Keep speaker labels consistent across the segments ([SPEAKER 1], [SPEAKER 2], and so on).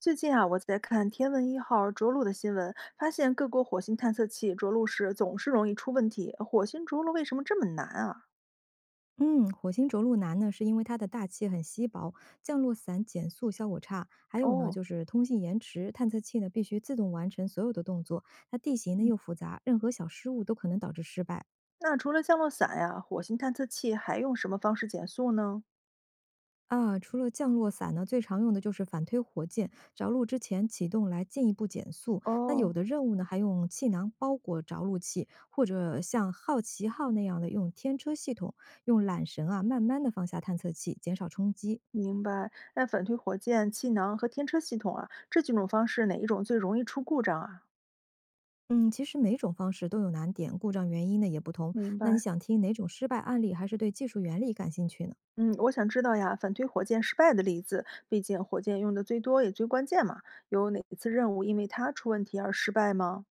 [SPEAKER 1] 最近啊，我在看天问一号着陆的新闻，发现各国火星探测器着陆时总是容易出问题。火星着陆为什么这么难啊？
[SPEAKER 2] 嗯，火星着陆难呢，是因为它的大气很稀薄，降落伞减速效果差，还有呢
[SPEAKER 1] 哦，
[SPEAKER 2] 就是通信延迟，探测器呢必须自动完成所有的动作。它地形呢又复杂，任何小失误都可能导致失败。
[SPEAKER 1] 那除了降落伞呀、火星探测器还用什么方式减速呢？
[SPEAKER 2] 啊，除了降落伞呢，最常用的就是反推火箭着陆之前启动来进一步减速。那有
[SPEAKER 1] 哦，
[SPEAKER 2] 的任务呢，还用气囊包裹着陆器，或者像好奇号那样的用天车系统，用缆绳啊慢慢的放下探测器，减少冲击。
[SPEAKER 1] 明白。那反推火箭、气囊和天车系统啊，这几种方式哪一种最容易出故障啊？
[SPEAKER 2] 嗯，其实每种方式都有难点，故障原因呢也不同。
[SPEAKER 1] 明
[SPEAKER 2] 那你
[SPEAKER 1] 白。
[SPEAKER 2] 想听哪种失败案例，还是对技术原理感兴趣呢？
[SPEAKER 1] 嗯，我想知道呀，反推火箭失败的例子，毕竟火箭用的最多也最关键嘛。有哪次任务因为它出问题而失败吗？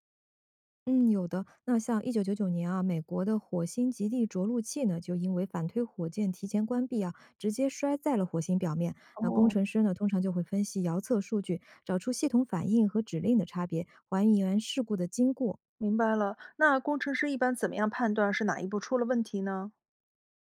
[SPEAKER 2] 嗯，有的。那像1999年啊，美国的火星极地着陆器呢，就因为反推火箭提前关闭啊，直接摔在了火星表面。那工
[SPEAKER 1] 哦，
[SPEAKER 2] 程师呢，通常就会分析遥测数据，找出系统反应和指令的差别，还原事故的经过。
[SPEAKER 1] 明白了，那工程师一般怎么样判断是哪一步出了问题呢？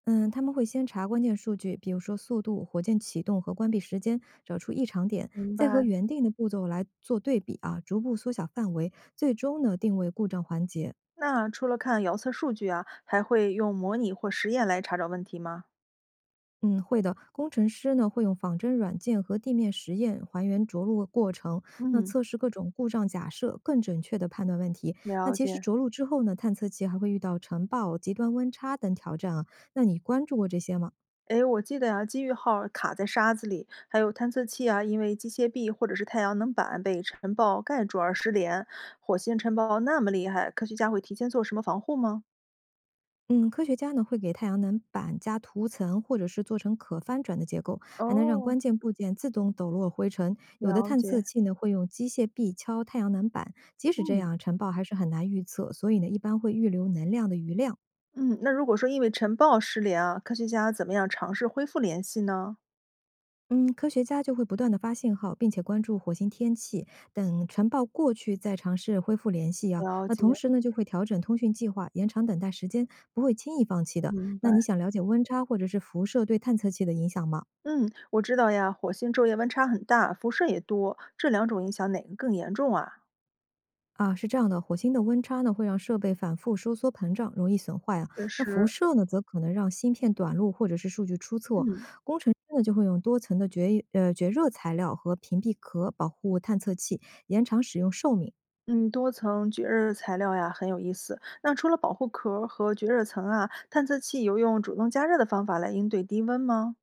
[SPEAKER 2] 嗯，他们会先查关键数据，比如说速度、火箭启动和关闭时间，找出异常点，
[SPEAKER 1] 明
[SPEAKER 2] 再和
[SPEAKER 1] 白。
[SPEAKER 2] 原定的步骤来做对比啊，逐步缩小范围，最终呢定位故障环节。
[SPEAKER 1] 那除了看遥测数据啊，还会用模拟或实验来查找问题吗？
[SPEAKER 2] 嗯，会的。工程师呢会用仿真软件和地面实验还原着陆过程，那
[SPEAKER 1] 嗯，
[SPEAKER 2] 测试各种故障假设，更准确的判断问题。那
[SPEAKER 1] 了
[SPEAKER 2] 其实
[SPEAKER 1] 解。
[SPEAKER 2] 着陆之后呢，探测器还会遇到尘暴、极端温差等挑战啊。那你关注过这些吗？
[SPEAKER 1] 诶，我记得呀、机遇号卡在沙子里，还有探测器啊，因为机械臂或者是太阳能板被尘暴盖住而失联。火星尘暴那么厉害，科学家会提前做什么防护吗？
[SPEAKER 2] 嗯，科学家呢会给太阳能板加涂层，或者是做成可翻转的结构，还能让
[SPEAKER 1] 哦，
[SPEAKER 2] 关键部件自动抖落灰尘。有的
[SPEAKER 1] 了
[SPEAKER 2] 探测
[SPEAKER 1] 解。
[SPEAKER 2] 器呢会用机械臂敲太阳能板，即使这
[SPEAKER 1] 嗯
[SPEAKER 2] 样，尘暴还是很难预测，所以呢一般会预留能量的余量。
[SPEAKER 1] 嗯，那如果说因为尘暴失联啊，科学家怎么样尝试恢复联系呢？
[SPEAKER 2] 嗯，科学家就会不断的发信号，并且关注火星天气，等尘暴过去再尝试恢复联系啊。
[SPEAKER 1] 了
[SPEAKER 2] 那
[SPEAKER 1] 解，
[SPEAKER 2] 同时呢就会调整通讯计划，延长等待时间，不会轻易放弃的。
[SPEAKER 1] 明白。
[SPEAKER 2] 那你想了解温差或者是辐射对探测器的影响吗？
[SPEAKER 1] 嗯，我知道呀，火星昼夜温差很大，辐射也多，这两种影响哪个更严重啊？
[SPEAKER 2] 啊，是这样的，火星的温差呢会让设备反复收缩膨胀，容易损坏啊。
[SPEAKER 1] 确
[SPEAKER 2] 那
[SPEAKER 1] 实，
[SPEAKER 2] 辐射呢，则可能让芯片短路或者是数据出错。
[SPEAKER 1] 嗯
[SPEAKER 2] 工程师呢就会用多层的绝热材料和屏蔽壳保护探测器，延长使用寿命。
[SPEAKER 1] 嗯，多层绝热材料呀，很有意思。那除了保护壳儿和绝热层啊，探测器有用主动加热的方法来应对低温吗？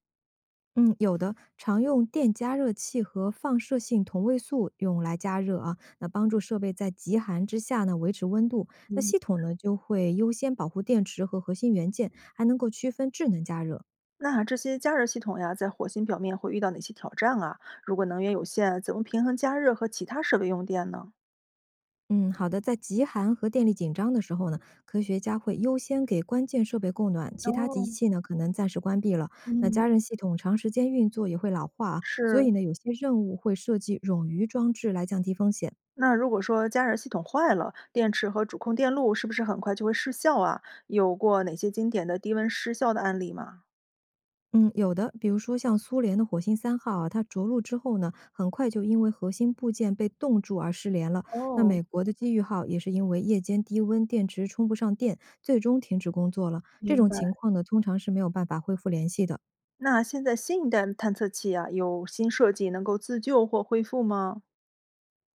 [SPEAKER 2] 嗯，有的常用电加热器和放射性同位素用来加热啊，那帮助设备在极寒之下呢维持温度。那
[SPEAKER 1] 嗯，
[SPEAKER 2] 系统呢就会优先保护电池和核心元件，还能够区分智能加热。
[SPEAKER 1] 那这些加热系统呀，在火星表面会遇到哪些挑战啊？如果能源有限，怎么平衡加热和其他设备用电呢？
[SPEAKER 2] 嗯，好的。在极寒和电力紧张的时候呢，科学家会优先给关键设备供暖，其他
[SPEAKER 1] 哦，
[SPEAKER 2] 仪器呢可能暂时关闭了。那
[SPEAKER 1] 嗯，
[SPEAKER 2] 加热系统长时间运作也会老化啊，所
[SPEAKER 1] 是。
[SPEAKER 2] 以呢，有些任务会设计冗余装置来降低风险。
[SPEAKER 1] 那如果说加热系统坏了，电池和主控电路是不是很快就会失效啊？有过哪些经典的低温失效的案例吗？
[SPEAKER 2] 嗯，有的，比如说像苏联的火星三号啊，它着陆之后呢，很快就因为核心部件被冻住而失联了。那
[SPEAKER 1] 哦，
[SPEAKER 2] 美国的机遇号也是因为夜间低温，电池充不上电，最终停止工作了。这
[SPEAKER 1] 明
[SPEAKER 2] 种
[SPEAKER 1] 白。
[SPEAKER 2] 情况呢，通常是没有办法恢复联系的。
[SPEAKER 1] 那现在新一代的探测器啊，有新设计能够自救或恢复吗？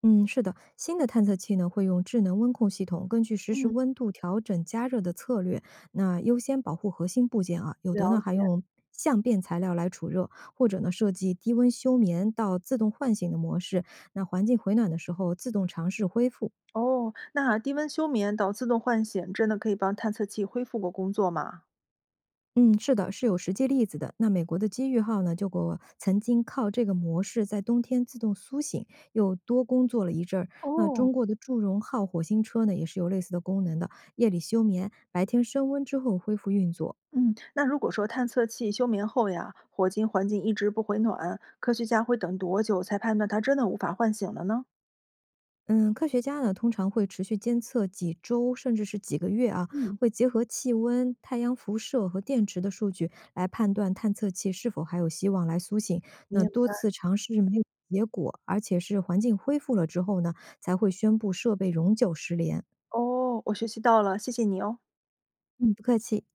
[SPEAKER 2] 嗯，是的，新的探测器呢会用智能温控系统，根据实时
[SPEAKER 1] 嗯，
[SPEAKER 2] 温度调整加热的策略，那优先保护核心部件啊。有
[SPEAKER 1] 了
[SPEAKER 2] 的呢还
[SPEAKER 1] 解。
[SPEAKER 2] 用相变材料来储热，或者呢设计低温休眠到自动唤醒的模式，那环境回暖的时候自动尝试恢复。
[SPEAKER 1] 哦，那低温休眠到自动唤醒，真的可以帮探测器恢复过工作吗？
[SPEAKER 2] 嗯，是的，是有实际例子的。那美国的机遇号呢，就过曾经靠这个模式在冬天自动苏醒，又多工作了一阵儿。那
[SPEAKER 1] 哦，
[SPEAKER 2] 中国的祝融号火星车呢，也是有类似的功能的，夜里休眠，白天升温之后恢复运作。
[SPEAKER 1] 嗯，那如果说探测器休眠后呀，火星环境一直不回暖，科学家会等多久才判断它真的无法唤醒了呢？
[SPEAKER 2] 嗯，科学家呢通常会持续监测几周甚至是几个月啊，
[SPEAKER 1] 嗯。
[SPEAKER 2] 会结合气温、太阳辐射和电池的数据来判断探测器是否还有希望来苏醒。
[SPEAKER 1] 没
[SPEAKER 2] 那
[SPEAKER 1] 有
[SPEAKER 2] 多次尝试没有结果，而且是环境恢复了之后呢，才会宣布设备永久失联。
[SPEAKER 1] 哦，我学习到了，谢谢你哦。
[SPEAKER 2] 嗯，不客气。